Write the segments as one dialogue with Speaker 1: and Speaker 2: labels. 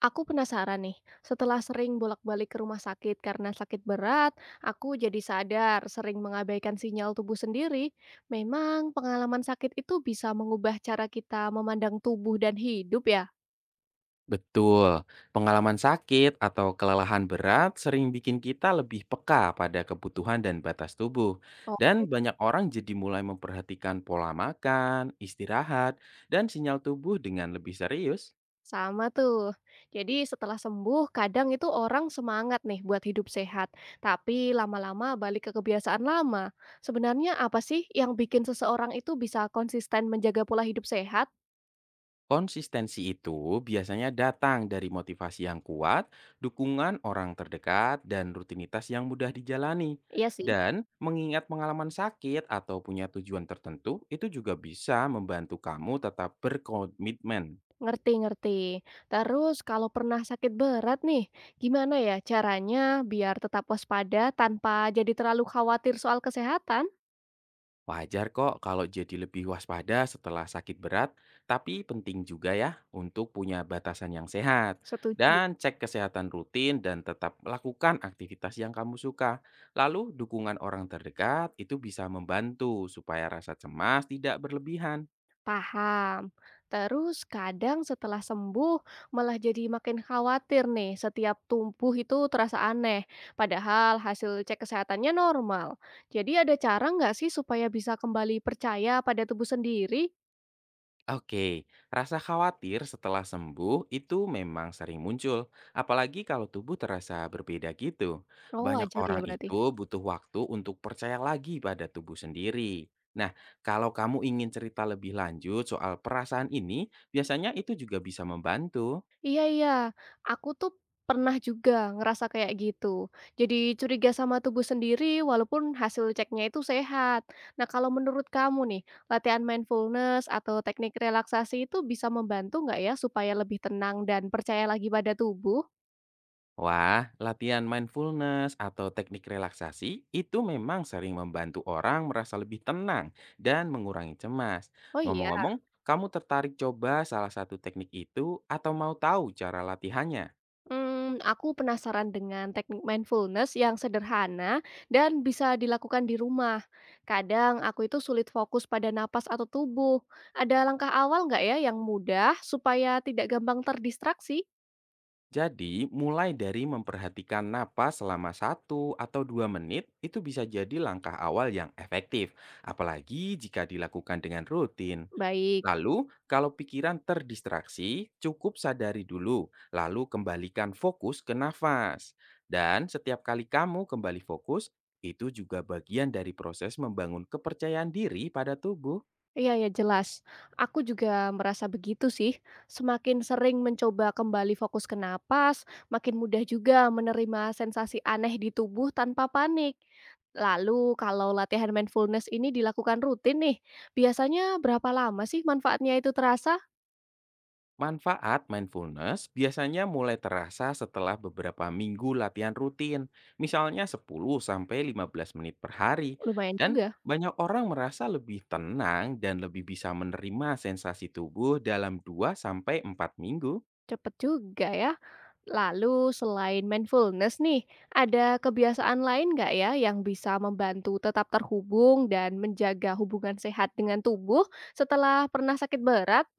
Speaker 1: Aku penasaran nih, setelah sering bolak-balik ke rumah sakit karena sakit berat, aku jadi sadar sering mengabaikan sinyal tubuh sendiri. Memang pengalaman sakit itu bisa mengubah cara kita memandang tubuh dan hidup ya?
Speaker 2: Betul, pengalaman sakit atau kelelahan berat sering bikin kita lebih peka pada kebutuhan dan batas tubuh.
Speaker 1: Oh,
Speaker 2: Dan banyak orang jadi mulai memperhatikan pola makan, istirahat, dan sinyal tubuh dengan lebih serius.
Speaker 1: sama tuh. Jadi setelah sembuh, kadang itu orang semangat nih buat hidup sehat, tapi lama-lama balik ke kebiasaan lama. Sebenarnya apa sih yang bikin seseorang itu bisa konsisten menjaga pola hidup sehat?
Speaker 2: Konsistensi itu biasanya datang dari motivasi yang kuat, dukungan orang terdekat, dan rutinitas yang mudah dijalani.
Speaker 1: Iya sih.
Speaker 2: Dan mengingat pengalaman sakit atau punya tujuan tertentu, itu juga bisa membantu kamu tetap berkomitmen.
Speaker 1: Ngerti ngerti. Terus kalau pernah sakit berat nih, gimana ya caranya biar tetap waspada tanpa jadi terlalu khawatir soal kesehatan?
Speaker 2: Wajar kok kalau jadi lebih waspada setelah sakit berat, tapi penting juga ya untuk punya batasan yang sehat.
Speaker 1: Setuju.
Speaker 2: Dan cek kesehatan rutin dan tetap lakukan aktivitas yang kamu suka. Lalu dukungan orang terdekat itu bisa membantu supaya rasa cemas tidak berlebihan.
Speaker 1: Paham. Terus kadang setelah sembuh malah jadi makin khawatir nih, setiap tumbuh itu terasa aneh. Padahal hasil cek kesehatannya normal. Jadi ada cara nggak sih supaya bisa kembali percaya pada tubuh sendiri?
Speaker 2: Oke, rasa khawatir setelah sembuh itu memang sering muncul, apalagi kalau tubuh terasa berbeda gitu.
Speaker 1: Oh
Speaker 2: Banyak
Speaker 1: wajar ya
Speaker 2: orang
Speaker 1: berarti.
Speaker 2: itu butuh waktu untuk percaya lagi pada tubuh sendiri. Nah, kalau kamu ingin cerita lebih lanjut soal perasaan ini, biasanya itu juga bisa membantu.
Speaker 1: Iya iya, aku tuh pernah juga ngerasa kayak gitu. Jadi curiga sama tubuh sendiri walaupun hasil ceknya itu sehat. Nah, kalau menurut kamu nih, latihan mindfulness atau teknik relaksasi itu bisa membantu nggak ya supaya lebih tenang dan percaya lagi pada tubuh?
Speaker 2: Wah, latihan mindfulness atau teknik relaksasi itu memang sering membantu orang merasa lebih tenang dan mengurangi cemas.
Speaker 1: Oh iya.
Speaker 2: Ngomong-ngomong, kamu tertarik coba salah satu teknik itu atau mau tahu cara latihannya?
Speaker 1: Hmm, aku penasaran dengan teknik mindfulness yang sederhana dan bisa dilakukan di rumah. Kadang aku itu sulit fokus pada napas atau tubuh. Ada langkah awal nggak ya yang mudah supaya tidak gampang terdistraksi?
Speaker 2: Jadi, mulai dari memperhatikan napas selama 1 atau 2 menit itu bisa jadi langkah awal yang efektif, apalagi jika dilakukan dengan rutin.
Speaker 1: Baik.
Speaker 2: Lalu, kalau pikiran terdistraksi, cukup sadari dulu, lalu kembalikan fokus ke nafas. Dan setiap kali kamu kembali fokus, itu juga bagian dari proses membangun kepercayaan diri pada tubuh.
Speaker 1: Iya ya jelas. Aku juga merasa begitu sih. Semakin sering mencoba kembali fokus ke napas, makin mudah juga menerima sensasi aneh di tubuh tanpa panik. Lalu kalau latihan mindfulness ini dilakukan rutin nih, biasanya berapa lama sih manfaatnya itu terasa?
Speaker 2: Manfaat mindfulness biasanya mulai terasa setelah beberapa minggu latihan rutin, misalnya 10 sampai 15 menit per hari.
Speaker 1: Lumayan
Speaker 2: Dan
Speaker 1: juga,
Speaker 2: banyak orang merasa lebih tenang dan lebih bisa menerima sensasi tubuh dalam 2 sampai 4 minggu.
Speaker 1: cepet juga ya. Lalu selain mindfulness nih, ada kebiasaan lain nggak ya yang bisa membantu tetap terhubung dan menjaga hubungan sehat dengan tubuh setelah pernah sakit berat?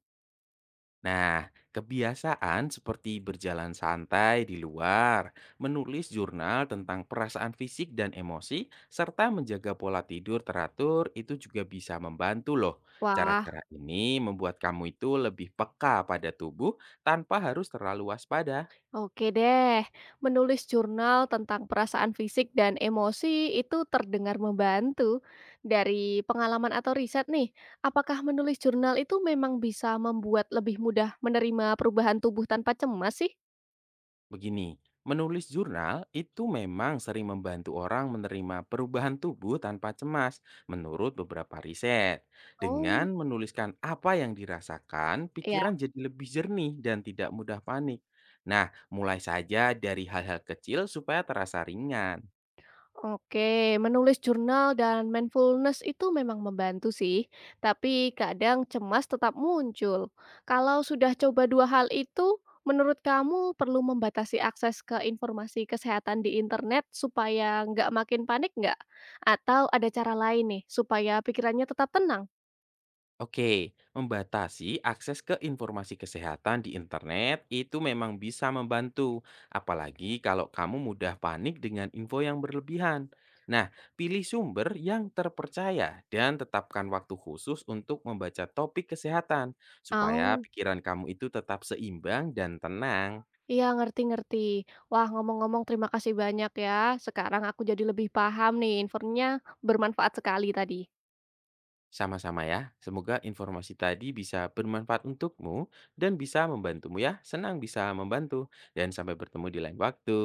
Speaker 2: Nah, kebiasaan seperti berjalan santai di luar, menulis jurnal tentang perasaan fisik dan emosi, serta menjaga pola tidur teratur itu juga bisa membantu loh.
Speaker 1: Wah,
Speaker 2: Cara-cara ini membuat kamu itu lebih peka pada tubuh tanpa harus terlalu waspada.
Speaker 1: oke deh. Menulis jurnal tentang perasaan fisik dan emosi itu terdengar membantu. Dari pengalaman atau riset nih, apakah menulis jurnal itu memang bisa membuat lebih mudah menerima perubahan tubuh tanpa cemas sih?
Speaker 2: Begini, menulis jurnal itu memang sering membantu orang menerima perubahan tubuh tanpa cemas, menurut beberapa riset.
Speaker 1: Oh,
Speaker 2: Dengan menuliskan apa yang dirasakan,
Speaker 1: ya.
Speaker 2: pikiran jadi lebih jernih dan tidak mudah panik. Nah, mulai saja dari hal-hal kecil supaya terasa ringan.
Speaker 1: Oke, menulis jurnal dan mindfulness itu memang membantu sih, tapi kadang cemas tetap muncul. Kalau sudah coba dua hal itu, menurut kamu perlu membatasi akses ke informasi kesehatan di internet supaya nggak makin panik nggak? Atau ada cara lain nih supaya pikirannya tetap tenang?
Speaker 2: Oke, membatasi akses ke informasi kesehatan di internet itu memang bisa membantu, apalagi kalau kamu mudah panik dengan info yang berlebihan. Nah, pilih sumber yang terpercaya dan tetapkan waktu khusus untuk membaca topik kesehatan, supaya
Speaker 1: Oh,
Speaker 2: pikiran kamu itu tetap seimbang dan tenang.
Speaker 1: iya ngerti-ngerti. Wah, ngomong-ngomong terima kasih banyak ya. Sekarang aku jadi lebih paham nih, infonya bermanfaat sekali tadi.
Speaker 2: Sama-sama ya, semoga informasi tadi bisa bermanfaat untukmu dan bisa membantumu ya. Senang bisa membantu, dan sampai bertemu di lain waktu.